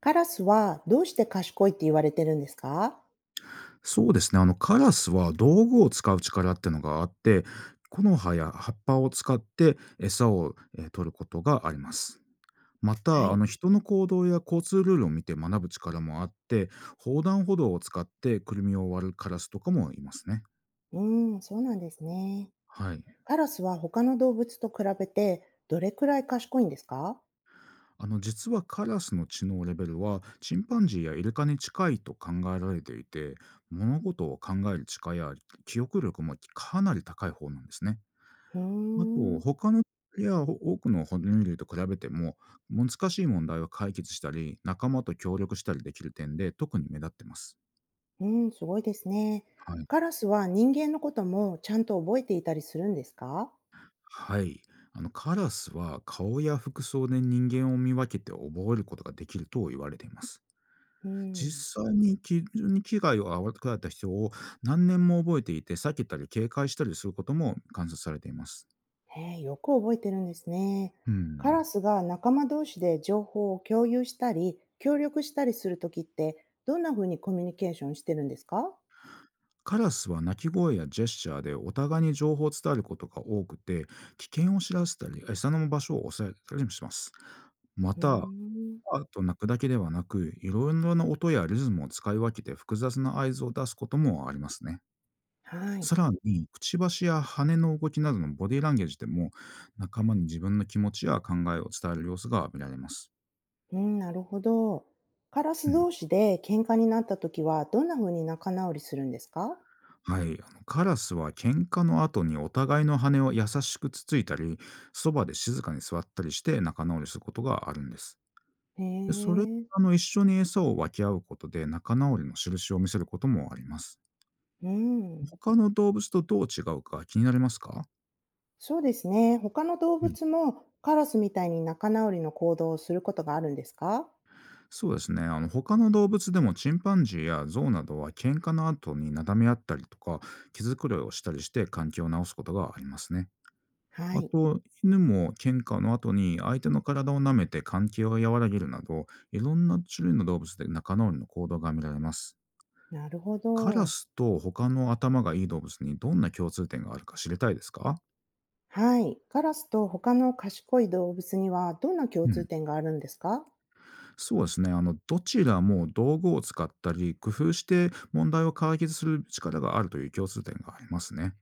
カラスはどうして賢いって言われてるんですか？そうですね。カラスは道具を使う力ってのがあって、木の葉や葉っぱを使って餌を、取ることがあります。まはた、い。人の行動や交通ルールを見て学ぶ力もあって、横断歩道を使ってくるみを割るカラスとかもいますね。うーん、そうなんですね。はい。カラスは他の動物と比べてどれくらい賢いんですか？実はカラスの知能レベルは、チンパンジーやイルカに近いと考えられていて、物事を考える力や記憶力もかなり高い方なんですね。うーあと、ん。いや、多くの哺乳類と比べても、難しい問題を解決したり、仲間と協力したりできる点で特に目立ってます。うん、すごいですね。はい。カラスは人間のこともちゃんと覚えていたりするんですか？はい。カラスは顔や服装で人間を見分けて覚えることができると言われています。うん。実際に基準に危害を与えた人を何年も覚えていて、避けたり警戒したりすることも観察されています。へえ、よく覚えてるんですね。うカラん。スが仲間同士で情報を共有したり、協力したりするときって、どんな風にコミュニケーションしてるんですか？カラスは鳴き声やジェスチャーでお互いに情報を伝えることが多くて、危険を知らせたり、餌の場所を抑えたりもします。まうーた、ん。パーッと鳴くだけではなく、いろいろな音やリズムを使い分けて複雑な合図を出すこともありますね。はい。さらに、くちばしや羽の動きなどのボディーランゲージでも、仲間に自分の気持ちや考えを伝える様子が見られます。うん、なるほど。カラうス同ん。士で喧嘩になった時は、どんな風に仲直りするんですか？はい、カラスは喧嘩の後にお互いの羽を優しくつついたり、そばで静かに座ったりして仲直りすることがあるんです。へで、それえ、あの一緒に餌を分け合うことで仲直りの印を見せることもあります。うん。他の動物とどう違うか気になりますか？そうですね。他の動うん、物もカラスみたいに仲直りの行動をすることがあるんですか？そうですね。他の動物でもチンパンジーやゾウなどは喧嘩の後になだめ合ったりとか、毛づくろいをしたりして関係を直すことがありますね。はあい。と、犬も喧嘩の後に相手の体を舐めて関係を和らげるなど、いろんな種類の動物で仲直りの行動が見られます。なるほカラど。スと他の頭がいい動物にどんな共通点があるか知りたいですか？はい。カラスと他の賢い動物にはどんな共う通ん、点があるんですか？そうですね。どちらも道具を使ったり、工夫して問題を解決する力があるという共通点がありますね。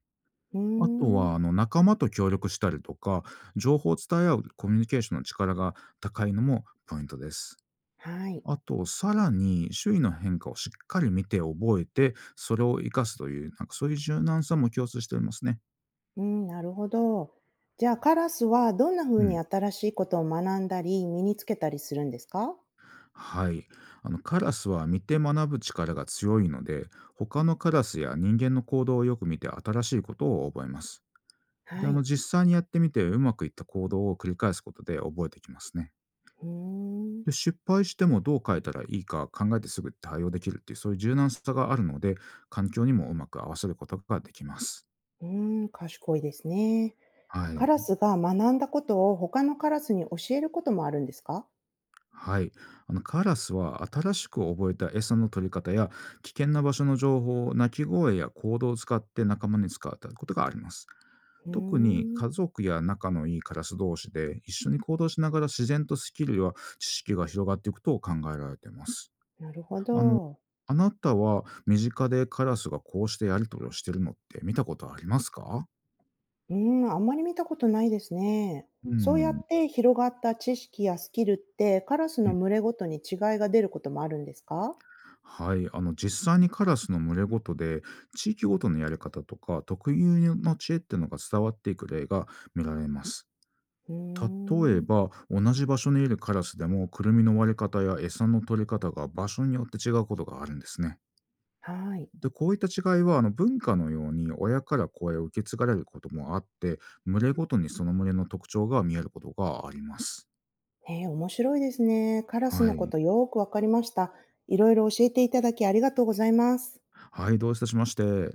うーあとは、ん。仲間と協力したりとか、情報を伝え合うコミュニケーションの力が高いのもポイントです。はい。あと、さらに周囲の変化をしっかり見て覚えて、それを活かすという、なんかそういう柔軟さも共通していますね。うん、なるほど。じゃあカラスはどんなう風にん。新しいことを学んだり身につけたりするんですか？はい。カラスは見て学ぶ力が強いので、他のカラスや人間の行動をよく見て新しいことを覚えます。で、はい。実際にやってみてうまくいった行動を繰り返すことで覚えてきますね。うーん。で、失敗してもどう変えたらいいか考えてすぐ対応できるっていう、そういう柔軟さがあるので、環境にもうまく合わせることができます。うーん、賢いですね。はカい。ラスが学んだことを他のカラスに教えることもあるんですか？はい。カラスは新しく覚えた餌の取り方や危険な場所の情報を鳴き声や行動を使って仲間に使うことがあります。うー特にん、家族や仲のいいカラス同士で一緒に行動しながら自然とスキルや知識が広がっていくと考えられています。なるほあの、ど。あなたは身近でカラスがこうしてやり取りをしているのって見たことありますか？うーん、あんまり見たことないですね。うそうやん。って広がった知識やスキルってカラスの群れごとに違いが出ることもあるんですか？はい、実際にカラスの群れごとで地域ごとのやり方とか特有の知恵っていうのが伝わっていく例が見られます。うー例えん、ば同じ場所にいるカラスでもクルミの割り方や餌の取り方が場所によって違うことがあるんですね。はい。でこういった違いは文化のように親から子へ受け継がれることもあって、群れごとにその群れの特徴が見えることがあります。えー、面白いですね。カラスはのこい。とよーくわかりました。いろいろ教えていただきありがとうございます。はい、どういたしまして。